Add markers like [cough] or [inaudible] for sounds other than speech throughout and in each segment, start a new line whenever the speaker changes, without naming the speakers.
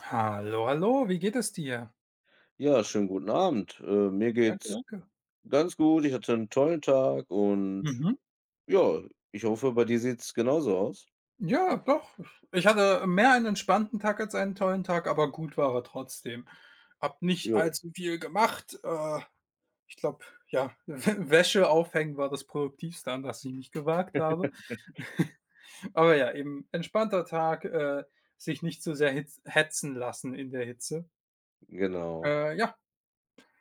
Hallo, hallo, wie geht es dir?
Ja, schönen guten Abend. Mir
Danke,
geht's
danke.
ganz gut. Ich hatte einen tollen Tag und
Mhm.
ja, ich hoffe, bei dir sieht's genauso aus.
Ja, doch. Ich hatte mehr einen entspannten Tag als einen tollen Tag, aber gut war er trotzdem. Hab nicht
Ja,
allzu viel gemacht. Ich glaube, ja, [laughs] Wäsche aufhängen war das Produktivste, an das ich mich gewagt habe. Aber ja, eben entspannter Tag, sich nicht so sehr hitz hetzen lassen in der Hitze.
genau.
Äh, ja,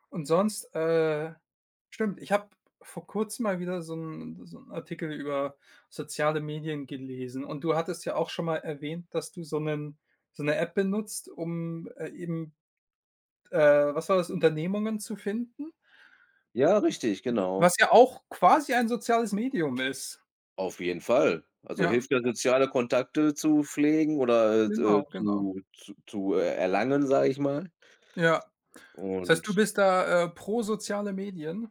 Und sonst, stimmt, ich habe vor Kurzem mal wieder so 'n Artikel über soziale Medien gelesen, und du hattest ja auch schon mal erwähnt, dass du so 'ne App benutzt, um, eben, äh, was war das, Unternehmungen zu finden,
Ja, richtig, genau.
was ja auch quasi ein soziales Medium ist.
Auf jeden Fall. Also,
Ja,
hilft ja, soziale Kontakte zu pflegen oder,
genau, genau.
zu erlangen, sage ich mal.
Ja. Das heißt, du
Und.
bist da, pro soziale Medien?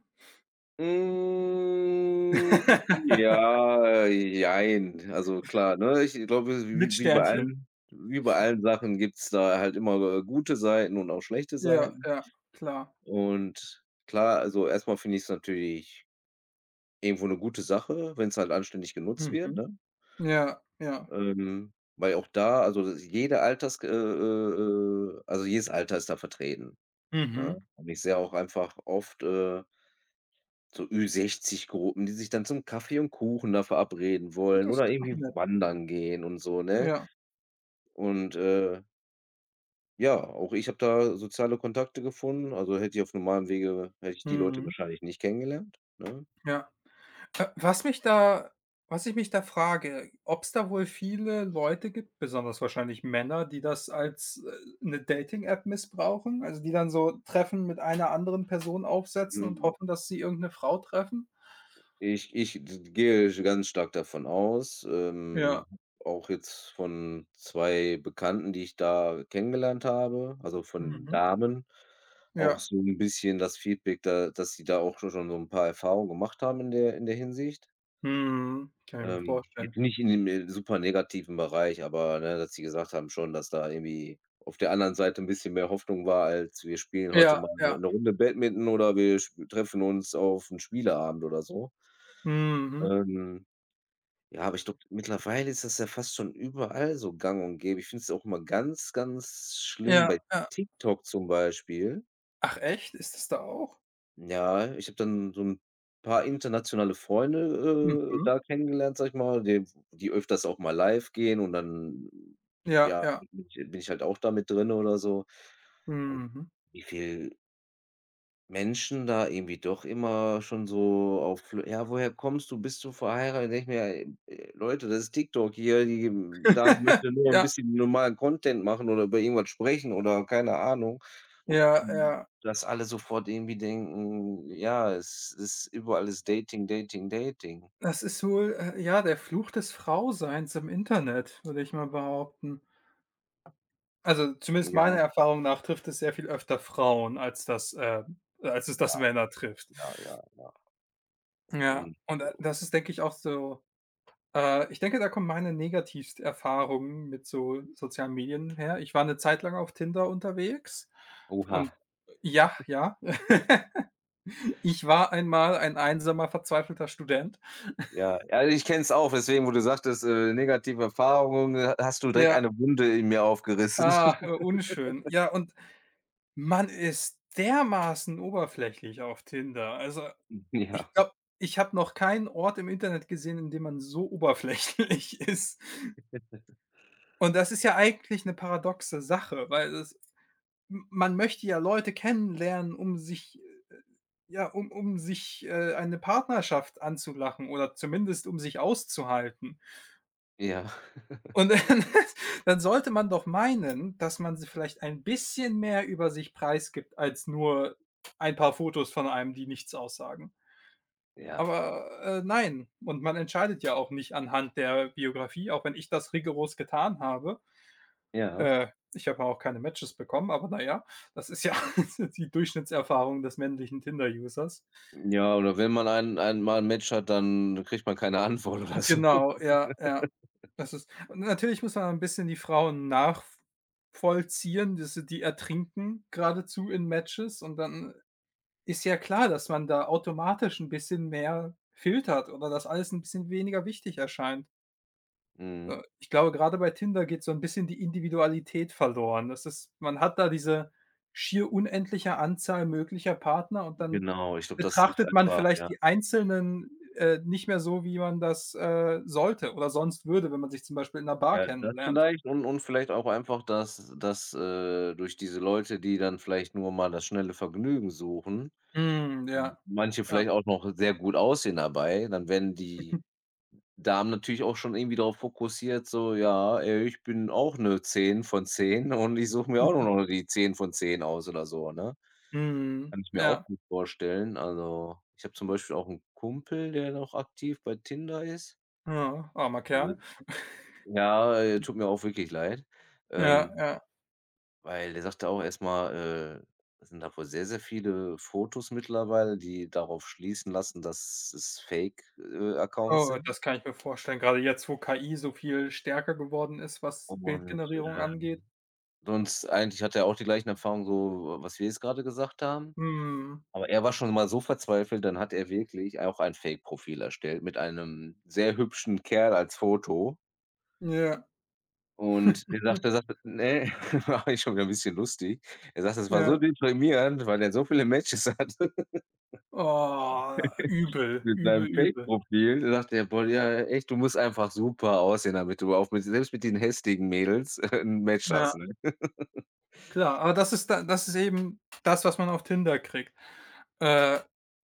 Hm, ja, jein. Also klar, ne? Ich glaube,
Mit Sternchen.
wie bei allen Sachen gibt's da halt immer, gute Seiten und auch schlechte
Ja,
Seiten.
ja, klar.
Und klar, also erstmal finde ich es natürlich irgendwo eine gute Sache, wenn es halt anständig genutzt wird,
Mhm.
ne?
Ja, ja.
Weil auch da, also jede Alters also jedes Alter ist da vertreten, ne?
Mhm.
Und ich sehe auch einfach oft, so ü sechzig Gruppen, die sich dann zum Kaffee und Kuchen da verabreden wollen
Das
oder
ist doch
irgendwie
nett.
wandern gehen und so, ne?
Ja.
Und, ja, auch ich habe da soziale Kontakte gefunden. Also, hätte ich, auf normalem Wege hätte ich die Leute
Mhm.
wahrscheinlich nicht kennengelernt, ne?
Ja. Wa Was mich da, was ich mich da frage, ob es da wohl viele Leute gibt, besonders wahrscheinlich Männer, die das als, 'ne Dating-App missbrauchen? Also, die dann so Treffen mit einer anderen Person aufsetzen und hoffen, dass sie irgendeine Frau treffen?
Ich gehe ganz stark davon aus,
Ja.
auch jetzt von 2 Bekannten, die ich da kennengelernt habe, also von
Mhm.
Damen, auch
Ja.
so ein bisschen das Feedback da, dass sie da auch so schon so ein paar Erfahrungen gemacht haben in der, in der Hinsicht.
Mhm. Kann ich mir vorstellen.
Jetzt nicht in dem super negativen Bereich, aber, ne, dass sie gesagt haben schon, dass da irgendwie auf der anderen Seite 'n bisschen mehr Hoffnung war, als wir spielen heute
Ja,
mal
ja.
'ne Runde Badminton oder wir sp treffen uns auf 'n Spieleabend oder so.
Mhm.
Ähm, ja, aber ich glaube, mittlerweile ist das ja fast schon überall so gang und gäbe. Ich finde es auch immer ganz, ganz schlimm bei
Ja, ja.
TikTok zum Beispiel.
Ach echt? Ist das da auch?
Ja, ich habe dann so 'n paar internationale Freunde,
Mhm.
da kennengelernt, sage ich mal, die die öfters auch mal live gehen und dann,
Ja,
ja,
ja.
bin ich halt auch da mit drin oder so. Und
Mhm.
wie viel Menschen da irgendwie doch immer schon so auf l „Ja, woher kommst du? Bist du verheiratet?“ Denke ich mir: „Ey, Leute, das ist TikTok hier, die da
[laughs]
möchte nur 'n
Ja.
bisschen normalen Content machen oder über irgendwas sprechen oder keine Ahnung.“
Ja,
Mhm.
ja.
Dass alle sofort irgendwie denken, ja, es ist überall ist Dating, Dating, Dating.
Das ist wohl, ja, der Fluch des Frauseins im Internet, würde ich mal behaupten. Also, zumindest meiner
Ja,
Erfahrung nach trifft es sehr viel öfter Frauen, als das als es
ja,
das Männer trifft.
ja, ja, ja.
Ja,
Und
und, das ist, denke ich, auch so ich denke, da kommen meine negativsten Erfahrungen mit so sozialen Medien her. Ich war eine Zeit lang auf Tinder unterwegs, und
oha,
ja, ja, [laughs] ich war einmal ein einsamer, verzweifelter Student.
ja. Ja, ich kenne es auch, deswegen, wo du sagtest, negative Erfahrungen, ha hast du direkt
Ja,
eine Wunde in mir aufgerissen.
ah,
[laughs]
unschön. Ja, und man ist dermaßen oberflächlich auf Tinder. Also,
Ja,
ich glaube, ich habe noch keinen Ort im Internet gesehen, in dem man so oberflächlich [laughs] ist. Und das ist ja eigentlich eine paradoxe Sache, weil es, m man möchte ja Leute kennenlernen, um sich, äh, ja, um sich, eine Partnerschaft anzulachen oder zumindest um sich auszuhalten.
ja,
Und dann [laughs] dann sollte man doch meinen, dass man sie vielleicht ein bisschen mehr über sich preisgibt als nur ein paar Fotos von einem, die nichts aussagen.
ja,
Aber, nein. Und man entscheidet ja auch nicht anhand der Biografie, auch wenn ich das rigoros getan habe.
ja.
Äh, Ich habe auch keine Matches bekommen, aber na ja, das ist ja [laughs] die Durchschnittserfahrung des männlichen Tinder-Users.
Ja, oder wenn man ein mal ein Match hat, dann kriegt man keine Antwort oder so.
Genau,
[laughs]
ja, ja. Das ist, und natürlich muss man ein bisschen die Frauen nachvollziehen, dass sie, die ertrinken geradezu in Matches, und dann ist ja klar, dass man da automatisch 'n bisschen mehr filtert oder dass alles 'n bisschen weniger wichtig erscheint.
Mhm.
Ich glaube, gerade bei Tinder geht so ein bisschen die Individualität verloren. Das ist, man hat da diese schier unendliche Anzahl möglicher Partner, und dann
Genau, ich glaube, das ist
betrachtet man
einfach
vielleicht
ja.
die Einzelnen, nicht mehr so, wie man das, sollte oder sonst würde, wenn man sich zum Beispiel in 'ner Bar
Ja, das
kennenlernt.
vielleicht und vielleicht auch einfach, dass durch diese Leute, die dann vielleicht nur mal das schnelle Vergnügen suchen,
Mhm, ja.
manche
Ja.
vielleicht auch noch sehr gut aussehen dabei, dann werden die
[laughs]
Damen natürlich auch schon irgendwie darauf fokussiert, so: „Ja, ich bin auch eine zehn von 10 und ich suche mir auch nur noch die 10 von 10 aus“ oder so, ne?
Mhm,
Kann ich mir auch
ja.
gut vorstellen. Also, ich habe zum Beispiel auch einen Kumpel, der noch aktiv bei Tinder ist.
Ja, armer
Also,
Kerl.
ja, tut mir auch wirklich leid.
Ja,
Ähm
ja.
Weil der sagte auch erstmal, äh, es sind da wohl sehr, sehr viele Fotos mittlerweile, die darauf schließen lassen, dass es Fake, Accounts
Oh,
sind.
das kann ich mir vorstellen. Gerade jetzt, wo KI so viel stärker geworden ist, was
Und,
Bildgenerierung
ähm,
angeht.
sonst eigentlich hat er auch die gleichen Erfahrungen, so, was wir jetzt gerade gesagt haben.
Mhm.
Aber er war schon mal so verzweifelt, dann hat er wirklich auch ein Fake-Profil erstellt mit einem sehr hübschen Kerl als Foto.
Ja.
Und der
Hm,
sagte: „Ne“, [laughs] war ich schon wieder 'n bisschen lustig. Er sagt, es war so
ja.
deprimierend, weil er so viele Matches [laughs] hatte.
Oh, übel,
Mit
übel,
seinem
übel.
Fake-Profil sagt er: „Boah, ja, echt, du musst einfach super aussehen, damit du auch mit, selbst mit den hässlichen Mädels 'n Match
Ja,
hast“, ne? [laughs]
klar. Aber das ist, da das ist eben das, was man auf Tinder kriegt. Äh,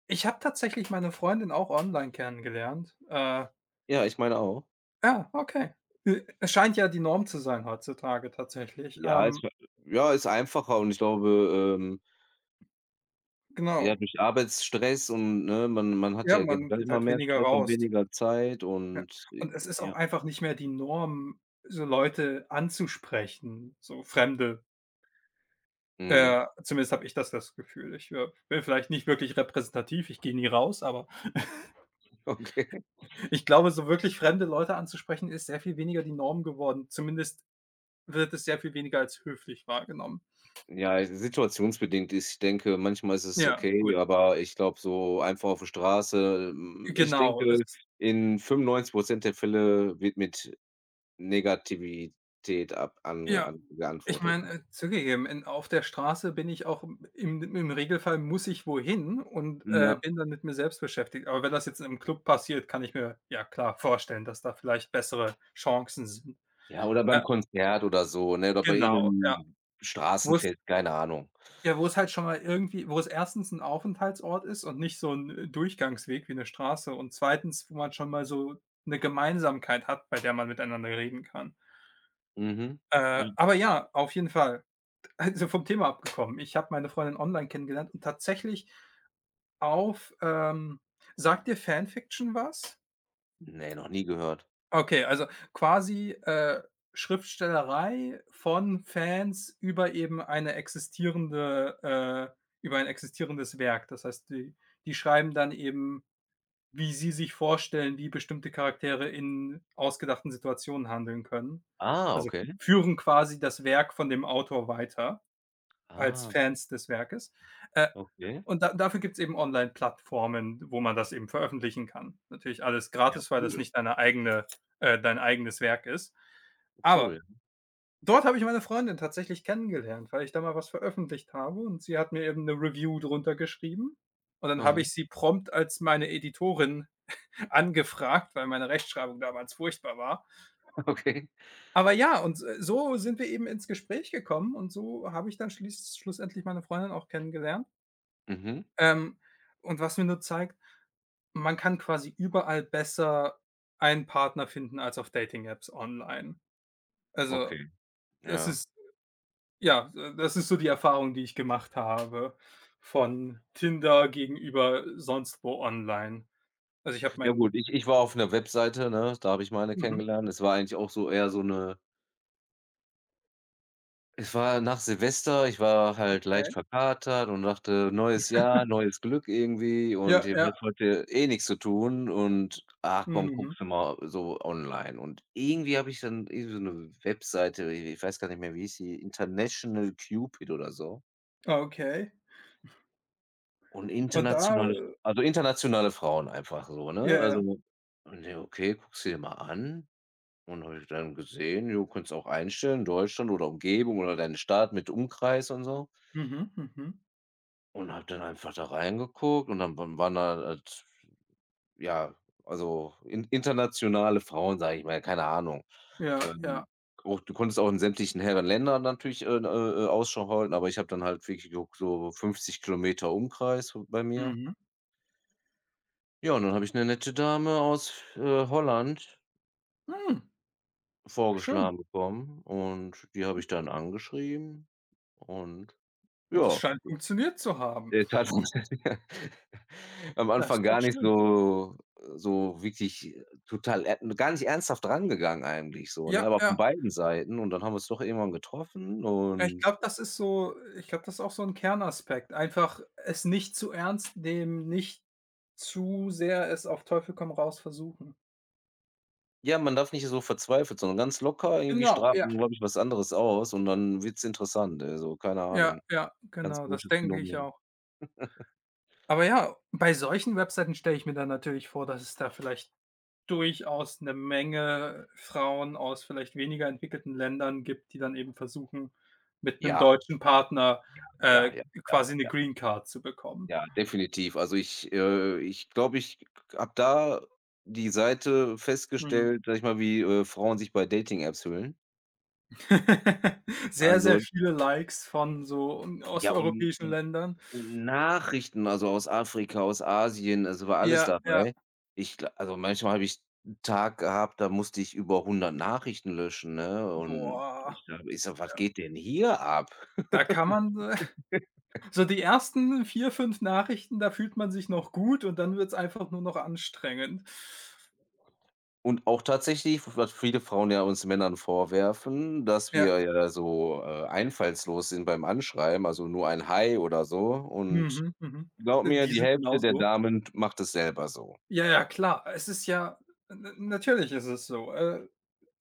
Ich habe tatsächlich meine Freundin auch online kennengelernt.
Ja, ich meine auch.
Ja, okay. Es scheint ja die Norm zu sein heutzutage tatsächlich.
Ja, ist, ja, ist einfacher und ich glaube, ja,
Genau.
durch Arbeitsstress und, ne, man hat
Ja,
ja
man
generell
geht
immer
halt
mehr
weniger
Stress und
raus.
weniger Zeit und,
Und es ist auch
ja.
einfach nicht mehr die Norm, so Leute anzusprechen, so Fremde.
Mhm.
Zumindest habe ich das Gefühl. Ich, bin vielleicht nicht wirklich repräsentativ, ich gehe nie raus, aber
[laughs] Okay.
ich glaube, so wirklich fremde Leute anzusprechen, ist sehr viel weniger die Norm geworden. Zumindest wird es sehr viel weniger als höflich wahrgenommen.
Ja, situationsbedingt ist, ich denke, manchmal ist es
Ja,
okay,
gut,
aber ich glaube, so einfach auf der Straße, ich
genau.
denke,
Es
in 95 der Fälle wird mit Negativität ab an
ja,
an
ich
geantwortet.
meine, zugegeben, in auf der Straße bin ich auch im Regelfall, muss ich wohin und,
Ja.
bin dann mit mir selbst beschäftigt. Aber wenn das jetzt im Club passiert, kann ich mir, ja klar, vorstellen, dass da vielleicht bessere Chancen sind.
Ja, oder
Äh,
beim Konzert oder so, ne, oder bei
genau, ja.
irgend
Wo es
Straßenfest, keine Ahnung.
Ja, wo es halt schon mal irgendwie, wo es erstens ein Aufenthaltsort ist und nicht so ein Durchgangsweg wie eine Straße, und zweitens, wo man schon mal so eine Gemeinsamkeit hat, bei der man miteinander reden kann.
Mhm. Ja.
Aber ja, auf jeden Fall. [laughs] Also, vom Thema abgekommen. Ich habe meine Freundin online kennengelernt und tatsächlich auf, sagt dir Fanfiction was?
Ne, noch nie gehört.
Okay, also quasi, Schriftstellerei von Fans über eben eine existierende über ein existierendes Werk. Das heißt, die schreiben dann eben, wie sie sich vorstellen, wie bestimmte Charaktere in ausgedachten Situationen handeln können.
Ah,
Also,
okay.
führen quasi das Werk von dem Autor weiter als
Ah,
Fans des Werkes. Äh
okay.
und da dafür gibt's eben Online-Plattformen, wo man das eben veröffentlichen kann. Natürlich alles
Ja,
gratis, weil das
cool,
nicht deine eigene dein eigenes Werk ist. Aber
cool.
dort habe ich meine Freundin tatsächlich kennengelernt, weil ich da mal was veröffentlicht habe und sie hat mir eben eine Review drunter geschrieben. Und dann habe
Aha,
ich sie prompt als meine Editorin [laughs] angefragt, weil meine Rechtschreibung damals furchtbar war.
[laughs] okay.
Aber ja, und, so sind wir eben ins Gespräch gekommen und so habe ich dann schließ schlussendlich meine Freundin auch kennengelernt.
Mhm,
Ähm, und was mir nur zeigt: Man kann quasi überall besser einen Partner finden als auf Dating-Apps online. Also,
okay,
es
ja.
ist ja, das ist so die Erfahrung, die ich gemacht habe von Tinder gegenüber sonst wo online. Also, ich habe
Ja
meinen
gut, ich war auf 'ner Webseite, ne? Da habe ich meine
mhm,
kennengelernt. Es war eigentlich auch so eher so 'ne, es war nach Silvester, ich war halt
okay.
leicht verkatert und dachte: „Neues Jahr, neues Glück irgendwie und
Ja,
hier
ja.
wird heute eh nix zu tun und ach komm,
Mhm.
guckst du mal so online.“ Und irgendwie habe ich dann irgendwie so 'ne Webseite, i ich weiß gar nicht mehr, wie hieß die, International Cupid oder so.
Okay.
Und
Und da
internationale, internationale Frauen einfach so, ne?
ja, ja.
Also, ne, okay, guckst du dir mal an. Und habe ich dann gesehen, jo, kannst auch einstellen, Deutschland oder Umgebung oder deine Stadt mit Umkreis und so.
Mhm, mhm.
Und habe dann einfach da reingeguckt und dann wa waren da halt, ja, also, in internationale Frauen, sage ich mal, keine Ahnung.
Ja, ja.
Ähm, Auch, du konntest auch in sämtlichen Herrenländern natürlich, Ausschau halten, aber ich habe dann halt wirklich geguckt, so 50 Kilometer Umkreis bei mir.
Mhm.
Ja, und dann habe ich eine nette Dame aus, Holland
Hm, schön.
vorgeschlagen bekommen und die habe ich dann angeschrieben. Und
Und das
ja,
scheint funktioniert zu haben.
der hat [laughs] am
Das ist
Anfang
doch
gar nicht
schön.
so, so wirklich total er gar nicht ernsthaft rangegangen, eigentlich, so, ne,
Ja,
aber
ja.
von beiden Seiten, und dann haben wir uns doch irgendwann getroffen
Ja, ich
und,
glaube, das ist so ich glaube, das ist auch so ein Kernaspekt. Einfach es nicht zu ernst nehmen, nicht zu sehr es auf Teufel komm raus versuchen.
ja, man darf nicht so verzweifelt, sondern ganz locker, irgendwie
Genau,
strahlt
ja,
man, glaube ich, was anderes aus und dann wird's interessant, also, keine
ja,
Ahnung.
ja,
Ganz
genau, das
komisches
denke ich
Phänomen.
auch. Aber ja, bei solchen Webseiten stelle ich mir dann natürlich vor, dass es da vielleicht durchaus eine Menge Frauen aus vielleicht weniger entwickelten Ländern gibt, die dann eben versuchen, mit einem
Ja,
deutschen Partner,
ja,
äh,
ja, ja,
quasi eine
ja.
Green Card zu bekommen.
Ja, definitiv. Also, ich glaube, ich habe da die Seite
Mhm.
festgestellt, sag ich mal, wie, Frauen sich bei Dating-Apps fühlen.
[laughs] Sehr, sehr
Also,
viele Likes von so
ja, und
osteuropäischen
und
Ländern.
und Nachrichten, also, aus Afrika, aus Asien, es war alles
Ja, ja,
dabei. Ich gla Also, manchmal habe ich 'n Tag gehabt, da musste ich über 100 Nachrichten löschen, ne? Und
boah.
ich sage: „Was
Ja,
geht denn hier ab?“
da kann man [laughs] so die ersten 4 5 Nachrichten, da fühlt man sich noch gut und dann wird's einfach nur noch anstrengend.
Und auch tatsächlich, was viele Frauen ja uns Männern vorwerfen, dass
Ja.
wir ja so, einfallslos sind beim Anschreiben, also nur ein „Hi“ oder so. Und
Mhm, mhm.
glaub mir,
Die
die
sind
Hälfte der
genauso.
Damen macht es selber so.
Ja, ja, klar. Es ist ja, n natürlich ist es so.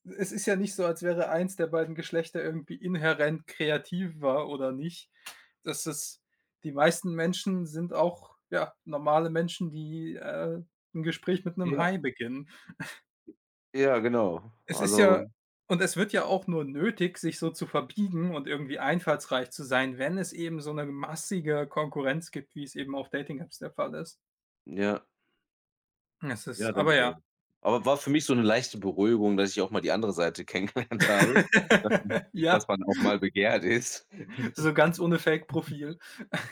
Es ist ja nicht so, als wäre eins der beiden Geschlechter irgendwie inhärent kreativer oder nicht. Das ist die meisten Menschen sind auch, ja, normale Menschen, die, 'n Gespräch mit einem
Ja,
„Hi“ beginnen.
ja, genau.
Es ist ja
Also,
und es wird ja auch nur nötig, sich so zu verbiegen und irgendwie einfallsreich zu sein, wenn es eben so eine massige Konkurrenz gibt, wie es eben auf Dating-Apps der Fall ist.
ja,
Es ist
ja, denke
aber
ich
ja.
auch. Aber war für mich so 'ne leichte Beruhigung, dass ich auch mal die andere Seite [laughs] kennengelernt habe, dass
[laughs] Ja,
man auch mal begehrt ist.
so ganz ohne Fake-Profil.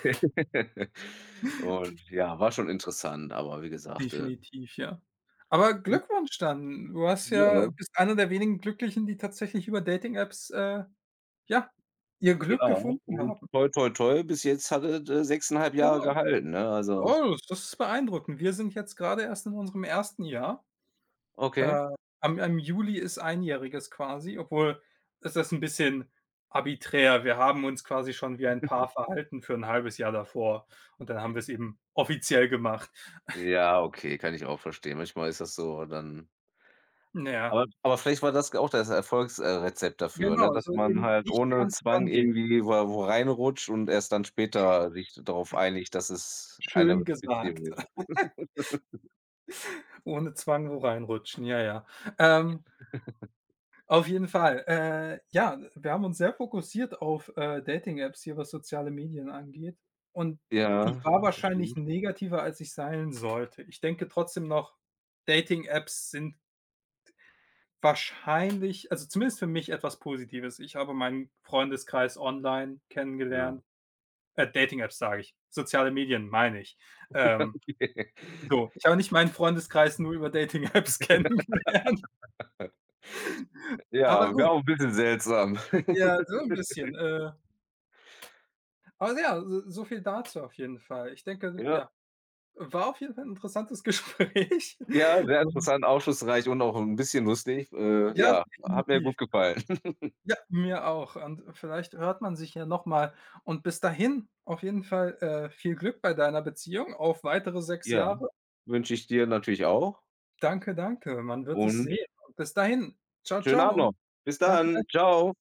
[laughs] Und ja, war schon interessant, aber wie gesagt,
Definitiv, ja. Aber Glückwunsch dann. Du hast ja,
ja.
bist einer der wenigen Glücklichen, die tatsächlich über Dating-Apps, ja, ihr
Ja,
Glück gefunden
und
haben.
toi, toi, toi, bis jetzt hat es, 6,5 Jahre
Genau.
gehalten, ne? Also,
Oh, das, das ist beeindruckend. Wir sind jetzt gerade erst in unserem ersten Jahr.
okay.
Äh, am Juli ist einjähriges quasi, obwohl, ist das ein bisschen arbiträr. Wir haben uns quasi schon wie ein Paar verhalten für ein halbes Jahr davor und dann haben wir es eben offiziell gemacht.
Ja, okay, kann ich auch verstehen. Manchmal ist das so, dann,
Ja,
aber vielleicht war das auch das Erfolgsrezept dafür, ne,
genau,
dass
so
man
eben
halt
nicht
ohne
ernst
Zwang
rangehen.
irgendwie wo reinrutscht und erst dann später sich darauf einigt, dass es eine
Schön gesagt.
Beziehung ist.
Ohne Zwang wo reinrutschen, ja, ja. Ähm Auf jeden Fall. Ja, wir haben uns sehr fokussiert auf, Dating-Apps hier, was soziale Medien angeht. Und ich
Ja,
war wahrscheinlich
stimmt,
negativer, als ich sein sollte. Ich denke trotzdem noch, Dating-Apps sind wahrscheinlich, also zumindest für mich, etwas Positives. Ich habe meinen Freundeskreis online
ja.
kennengelernt. Dating-Apps sage ich, soziale Medien meine ich. Ähm,
[laughs]
so, ich habe nicht meinen Freundeskreis nur über Dating-Apps [laughs] kennengelernt, aber
Ja, wäre
gut.
auch ein bisschen seltsam.
Ja, so
[laughs]
ein bisschen, aber ja, so so viel dazu auf jeden Fall. Ich denke,
Ja.
ja, war auf jeden Fall 'n interessantes [laughs] Gespräch.
Ja, sehr
Und
interessant, aufschlussreich und auch ein bisschen lustig.
ja,
Ja, hat mir
definitiv.
gut gefallen. [laughs]
Ja, mir auch. Und vielleicht hört man sich ja noch mal. Und bis dahin auf jeden Fall, viel Glück bei deiner Beziehung auf weitere 6
Ja,
Jahre.
wünsche ich dir natürlich auch,
Danke, danke. Man wird es
und
sehen. Und bis dahin. Ciao,
schönen Abend
ciao.
noch. Bis
Danke.
dann. Ciao.